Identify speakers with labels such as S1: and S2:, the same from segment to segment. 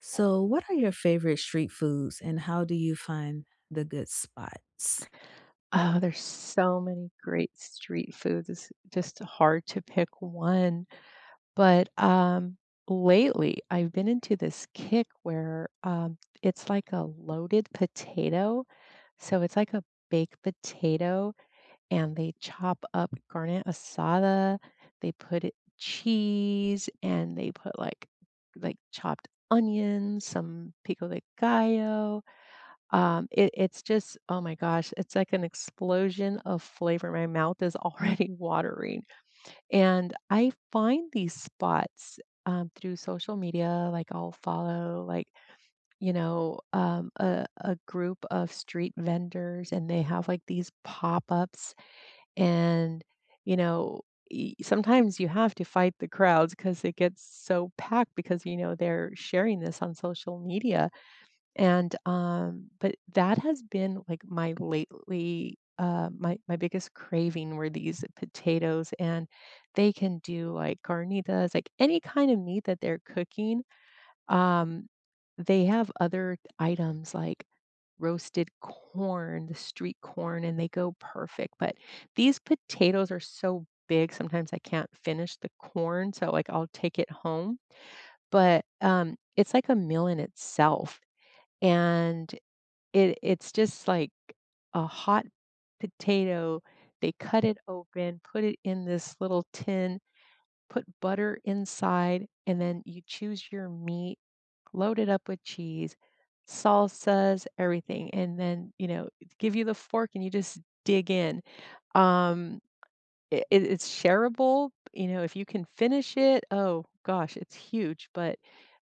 S1: So, what are your favorite street foods and how do you find the good spots?
S2: Oh, there's so many great street foods. It's just hard to pick one. But lately, I've been into this kick where it's like a loaded potato. So it's like a baked potato, and they chop up garnet asada. They put it, cheese, and they put like chopped onions, some pico de gallo, it's just oh my gosh, it's like an explosion of flavor. My mouth is already watering, and I find these spots, through social media, like, I'll follow, like, a group of street vendors, and they have, like, these pop-ups, and, you know, y sometimes you have to fight the crowds because it gets so packed because, you know, they're sharing this on social media. But that has been like my lately, my biggest craving were these potatoes, and they can do like carnitas, like any kind of meat that they're cooking. Um, they have other items like roasted corn, the street corn, and they go perfect. But these potatoes are so big, sometimes I can't finish the corn, so like I'll take it home. But it's like a meal in itself. And it's just like a hot potato. They cut it open, put it in this little tin, put butter inside, and then you choose your meat, load it up with cheese, salsas, everything, and then, you know, give you the fork and you just dig in. Um it's shareable, you know, if you can finish it, oh gosh, it's huge, but,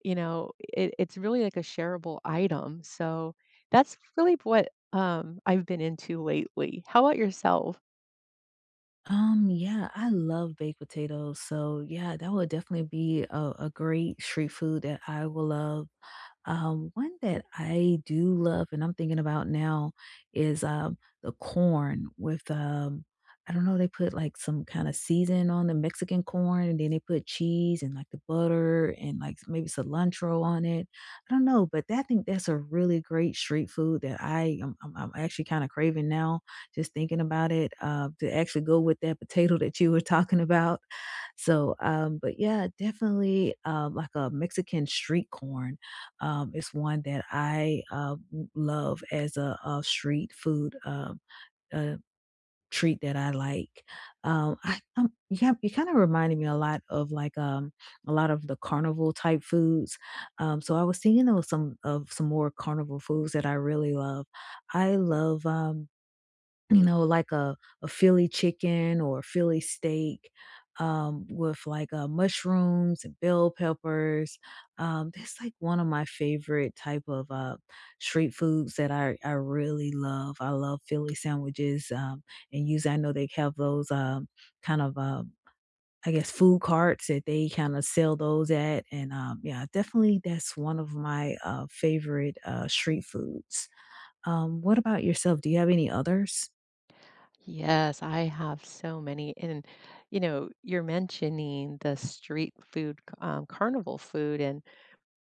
S2: you know, it's really like a shareable item, so that's really what, I've been into lately. How about yourself?
S1: Yeah, I love baked potatoes. So, yeah, that would definitely be a great street food that I will love. One that I do love and I'm thinking about now is, the corn with, I don't know, they put, like, some kinda season on the Mexican corn, and then they put cheese and, like, the butter and, like, maybe cilantro on it. I don't know, but that I think that's a really great street food that I I'm actually kinda craving now, just thinking about it, to actually go with that potato that you were talking about. So, but yeah, definitely, like a Mexican street corn. It's one that I love as a street food uh, treat that I like. You have, you kind of reminded me a lot of like a lot of the carnival type foods. So I was thinking of some more carnival foods that I really love. I love. You know, like a Philly chicken or a Philly steak, with, like, mushrooms and bell peppers. That's, like, one of my favorite type of, street foods that I really love. I love Philly sandwiches, and usually I know they have those, kind of, I guess, food carts that they kinda sell those at, and, yeah, definitely that's one of my, favorite, street foods. What about yourself? Do you have any others?
S2: Yes, I have so many, and, you know, you're mentioning the street food, carnival food and,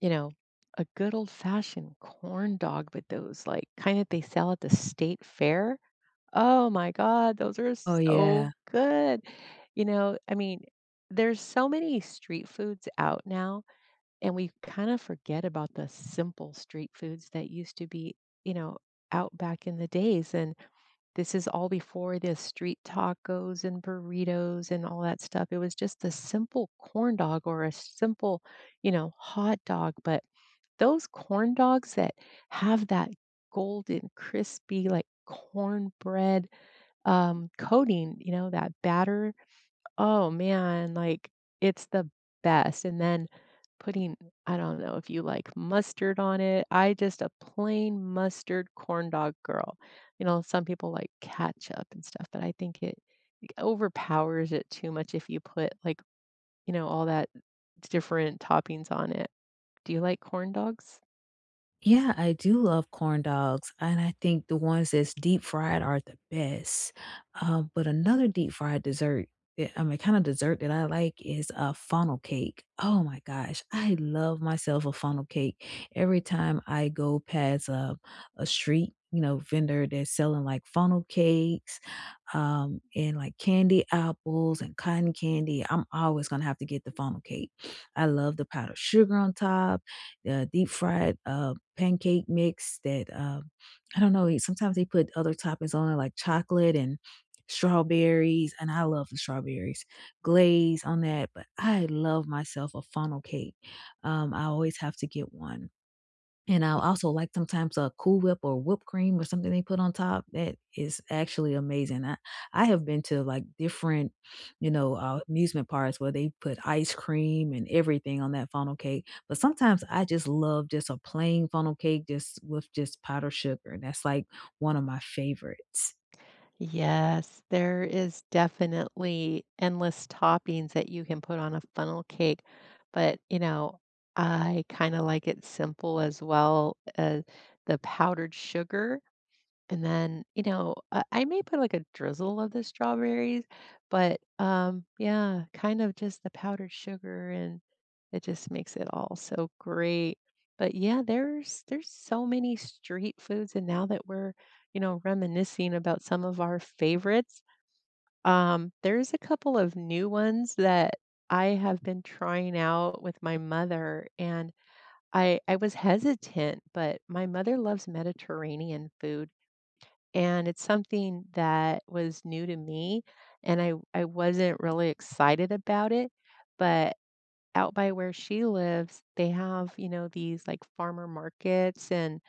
S2: you know, a good old fashioned corn dog with those, like, kinda they sell at the state fair. Oh my god, those are
S1: Oh, yeah.
S2: so good. You know, I mean, there's so many street foods out now, and we kind of forget about the simple street foods that used to be, you know, out back in the days. And this is all before the street tacos and burritos and all that stuff. It was just a simple corn dog or a simple, you know, hot dog. But those corn dogs that have that golden, crispy, like cornbread coating, you know, that batter. Oh man, like it's the best. And then putting, I don't know if you like mustard on it. I just a plain mustard corn dog girl. You know, some people like ketchup and stuff, but I think it overpowers it too much if you put like, you know, all that different toppings on it. Do you like corn dogs?
S1: Yeah, I do love corn dogs, and I think the ones that's deep fried are the best. But another deep fried dessert, I mean, kind of dessert that I like is a funnel cake. Oh my gosh, I love myself a funnel cake. Every time I go past a street, you know, vendor that's selling like funnel cakes and like candy apples and cotton candy. I'm always gonna have to get the funnel cake. I love the powdered sugar on top, the deep fried pancake mix that I don't know. Sometimes they put other toppings on it like chocolate and strawberries, and I love the strawberries glaze on that. But I love myself a funnel cake. I always have to get one and I also like sometimes a Cool Whip or whipped cream or something they put on top that is actually amazing. I have been to, like, different, you know, amusement parks where they put ice cream and everything on that funnel cake, but sometimes I just love just a plain funnel cake just with just powdered sugar, that's, like, one of my favorites.
S2: Yes, there is definitely endless toppings that you can put on a funnel cake, but, you know, I kinda like it simple as well, the powdered sugar and then, you know, I may put like a drizzle of the strawberries, but yeah, kind of just the powdered sugar and it just makes it all so great. But yeah, there's so many street foods, and now that we're, you know, reminiscing about some of our favorites, there's a couple of new ones that I have been trying out with my mother, and I was hesitant, but my mother loves Mediterranean food and it's something that was new to me, and I wasn't really excited about it, but out by where she lives, they have, you know, these, like, farmer markets, and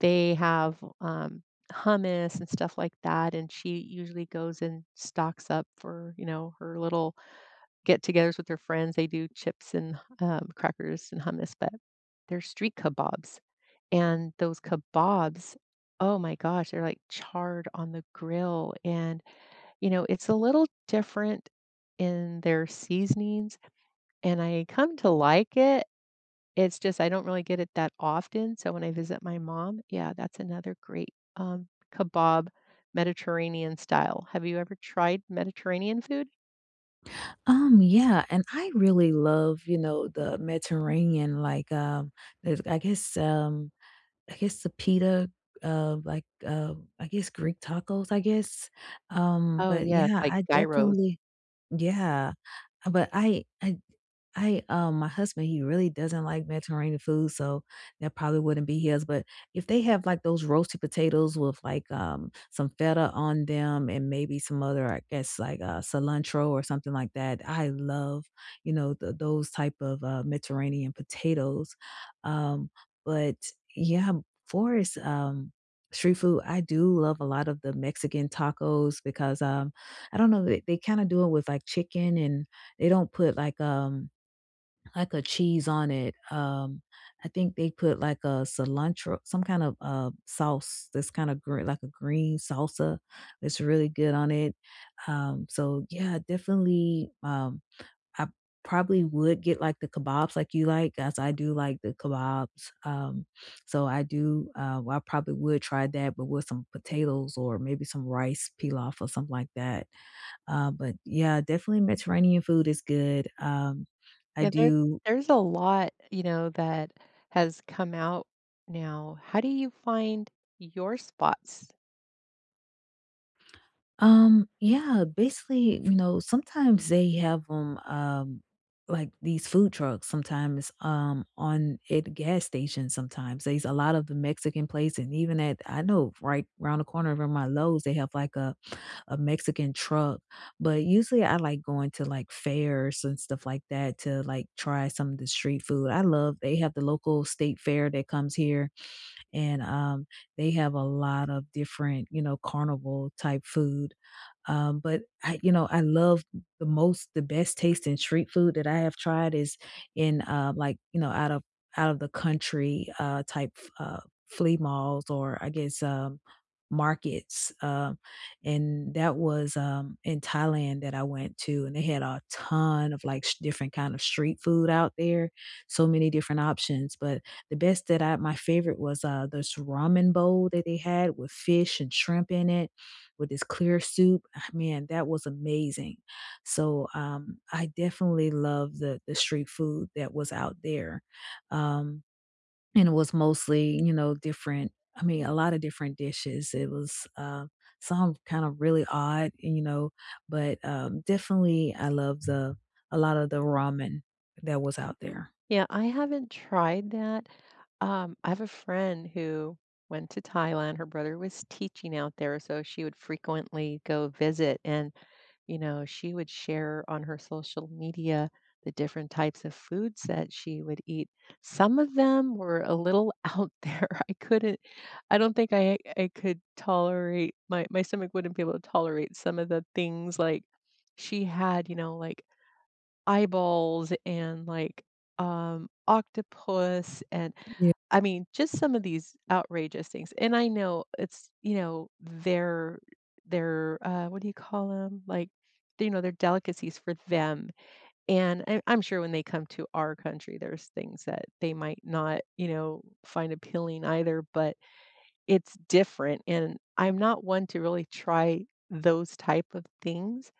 S2: they have, hummus and stuff like that, and she usually goes and stocks up for, you know, her little get-togethers with her friends. They do chips and, crackers and hummus, but they're street kebabs. And those kebabs, oh my gosh, they're like charred on the grill. And, you know, it's a little different in their seasonings, and I come to like it. It's just I don't really get it that often. So when I visit my mom, yeah, that's another great um, kebab, Mediterranean style. Have you ever tried Mediterranean food?
S1: Yeah, and I really love, you know, the Mediterranean, like, there's I guess the pita, I guess Greek tacos, I guess,
S2: Oh,
S1: but
S2: yes,
S1: yeah,
S2: like
S1: I
S2: gyros.
S1: definitely yeah, but I, my husband, he really doesn't like Mediterranean food, so that probably wouldn't be his, but if they have, like, those roasted potatoes with, like, some feta on them and maybe some other, I guess, like, cilantro or something like that, I love, you know, th those type of, Mediterranean potatoes, um, but yeah, for as, street food, I do love a lot of the Mexican tacos because, I don't know, they kind of do it with like chicken and they don't put like a cheese on it. I think they put like a cilantro, some kind of sauce that's kind of green like a green salsa. It's really good on it. So yeah, definitely I probably would get like the kebabs like you like as I do like the kebabs. So I do well, I probably would try that but with some potatoes or maybe some rice pilaf or something like that. But yeah, definitely Mediterranean food is good. I
S2: Yeah, there
S1: do
S2: there's a lot, you know, that has come out now. How do you find your spots?
S1: Yeah, basically, you know, sometimes they have 'em, like these food trucks sometimes on at gas stations sometimes. There's a lot of the Mexican place and even at I know right around the corner from my Lowe's, they have like a Mexican truck. But usually I like going to like fairs and stuff like that to like try some of the street food. I love they have the local state fair that comes here and they have a lot of different, you know, carnival type food. But I, you know, I love the most, the best tasting street food that I have tried is in like you know, out of the country type flea malls or I guess markets. And that was in Thailand that I went to, and they had a ton of like different kind of street food out there, so many different options. But the best that I my favorite was, this ramen bowl that they had with fish and shrimp in it with this clear soup. Ah, man, that was amazing. So, I definitely love the street food that was out there. Um, and it was mostly, you know, different I mean, a lot of different dishes. It was, some kind of really odd, you know, but, definitely I love the a lot of the ramen that was out there.
S2: Yeah, I haven't tried that. I have a friend who went to Thailand. Her brother was teaching out there, so she would frequently go visit and you know, she would share on her social media the different types of foods that she would eat. Some of them were a little out there. I couldn't, I don't think I could tolerate my stomach wouldn't be able to tolerate some of the things like she had, you know, like eyeballs and like octopus and
S1: Yeah.
S2: I mean just some of these outrageous things. And I know it's, you know, their their what do you call them? Like you know, they're delicacies for them. And I'm sure when they come to our country, there's things that they might not, you know, find appealing either, but it's different. And I'm not one to really try those type of things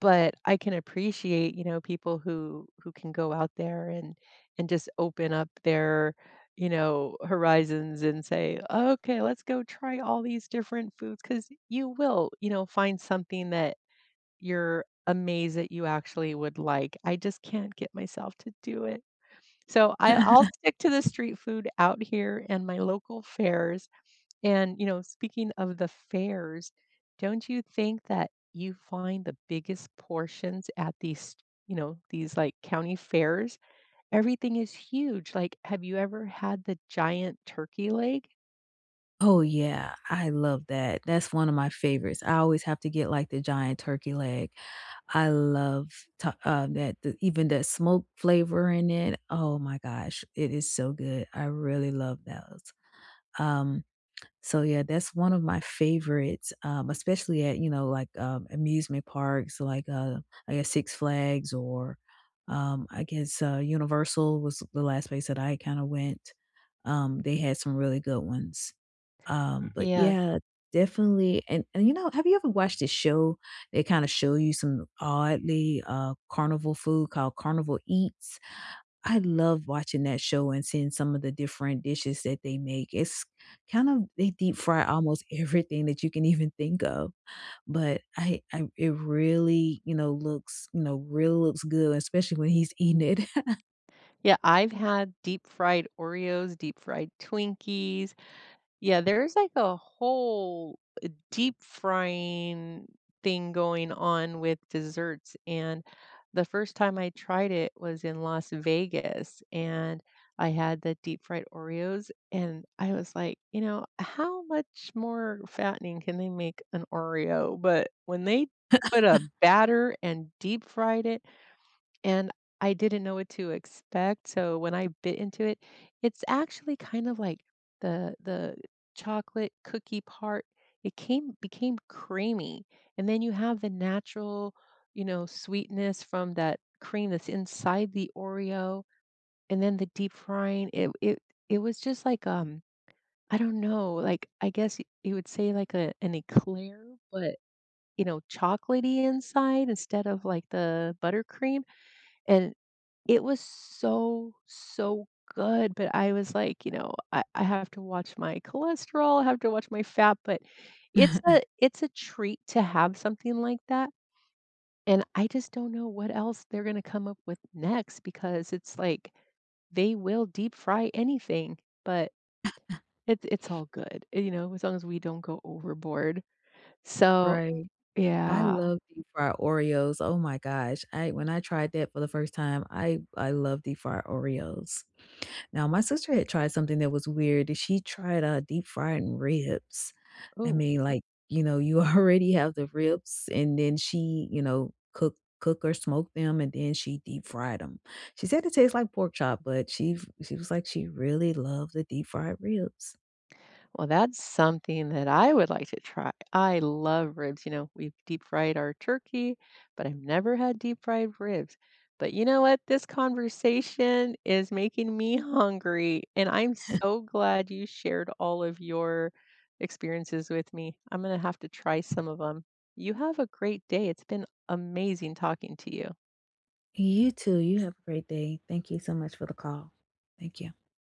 S2: but I can appreciate, you know, people who can go out there and just open up their, you know, horizons and say, "Okay, let's go try all these different foods because you will, you know, find something that you're amazed that you actually would like. I just can't get myself to do it. So I I'll stick to the street food out here and my local fairs, and, you know, speaking of the fairs, don't you think that you find the biggest portions at these, you know, these like county fairs? Everything is huge. Like, have you ever had the giant turkey leg?
S1: Oh, yeah, I love that. That's one of my favorites. I always have to get, like, the giant turkey leg. I love ta that the even the smoke flavor in it. Oh my gosh, it is so good. I really love those. Um so yeah, that's one of my favorites, especially at, you know, like, amusement parks, like, I guess Six Flags or, I guess, Universal was the last place that I kinda went. They had some really good ones. Mm. But
S2: Yeah.
S1: yeah, definitely and, you know, have you ever watched this show? They kinda show you some oddly, carnival food called Carnival Eats? I love watching that show and seeing some of the different dishes that they make. It's kind of they deep fry almost everything that you can even think of, but I it really, you know, really looks good, especially when he's eating it.
S2: Yeah, I've had deep fried Oreos, deep fried Twinkies. Yeah, there's like a whole deep frying thing going on with desserts. And the first time I tried it was in Las Vegas and I had the deep fried Oreos and I was like, you know, how much more fattening can they make an Oreo? But when they put a batter and deep fried it, and I didn't know what to expect, so when I bit into it, it's actually kind of like the chocolate cookie part, it came became creamy, and then you have the natural, you know, sweetness from that cream that's inside the Oreo, and then the deep frying, it it was just like, I don't know, like, I guess y you would say like a an eclair, but, you know, chocolatey inside instead of, like, the buttercream, and it was so, so good, but I was like, you know, I have to watch my cholesterol, I have to watch my fat, but it's a it's a treat to have something like that, and I just don't know what else they're gonna come up with next because it's like they will deep fry anything, but it's all good, you know, as long as we don't go overboard. So,
S1: Right. I
S2: yeah.
S1: love deep fried Oreos. Oh my gosh. I When I tried that for the first time, I love deep fried Oreos. Now, my sister had tried something that was weird, she tried, deep frying ribs. I
S2: Ooh.
S1: mean, like, you know, you already have the ribs, and then she, you know, cook or smoke them, and then she deep fried them. She said it tastes like pork chop, but she was like she really loved the deep fried ribs.
S2: Well, that's something that I would like to try. I love ribs. You know, we've deep fried our turkey, but I've never had deep fried ribs. But you know what? This conversation is making me hungry, and I'm so glad you shared all of your experiences with me. I'm going to have to try some of them. You have a great day. It's been amazing talking to you.
S1: You too, you have a great day. Thank you so much for the call. Thank you.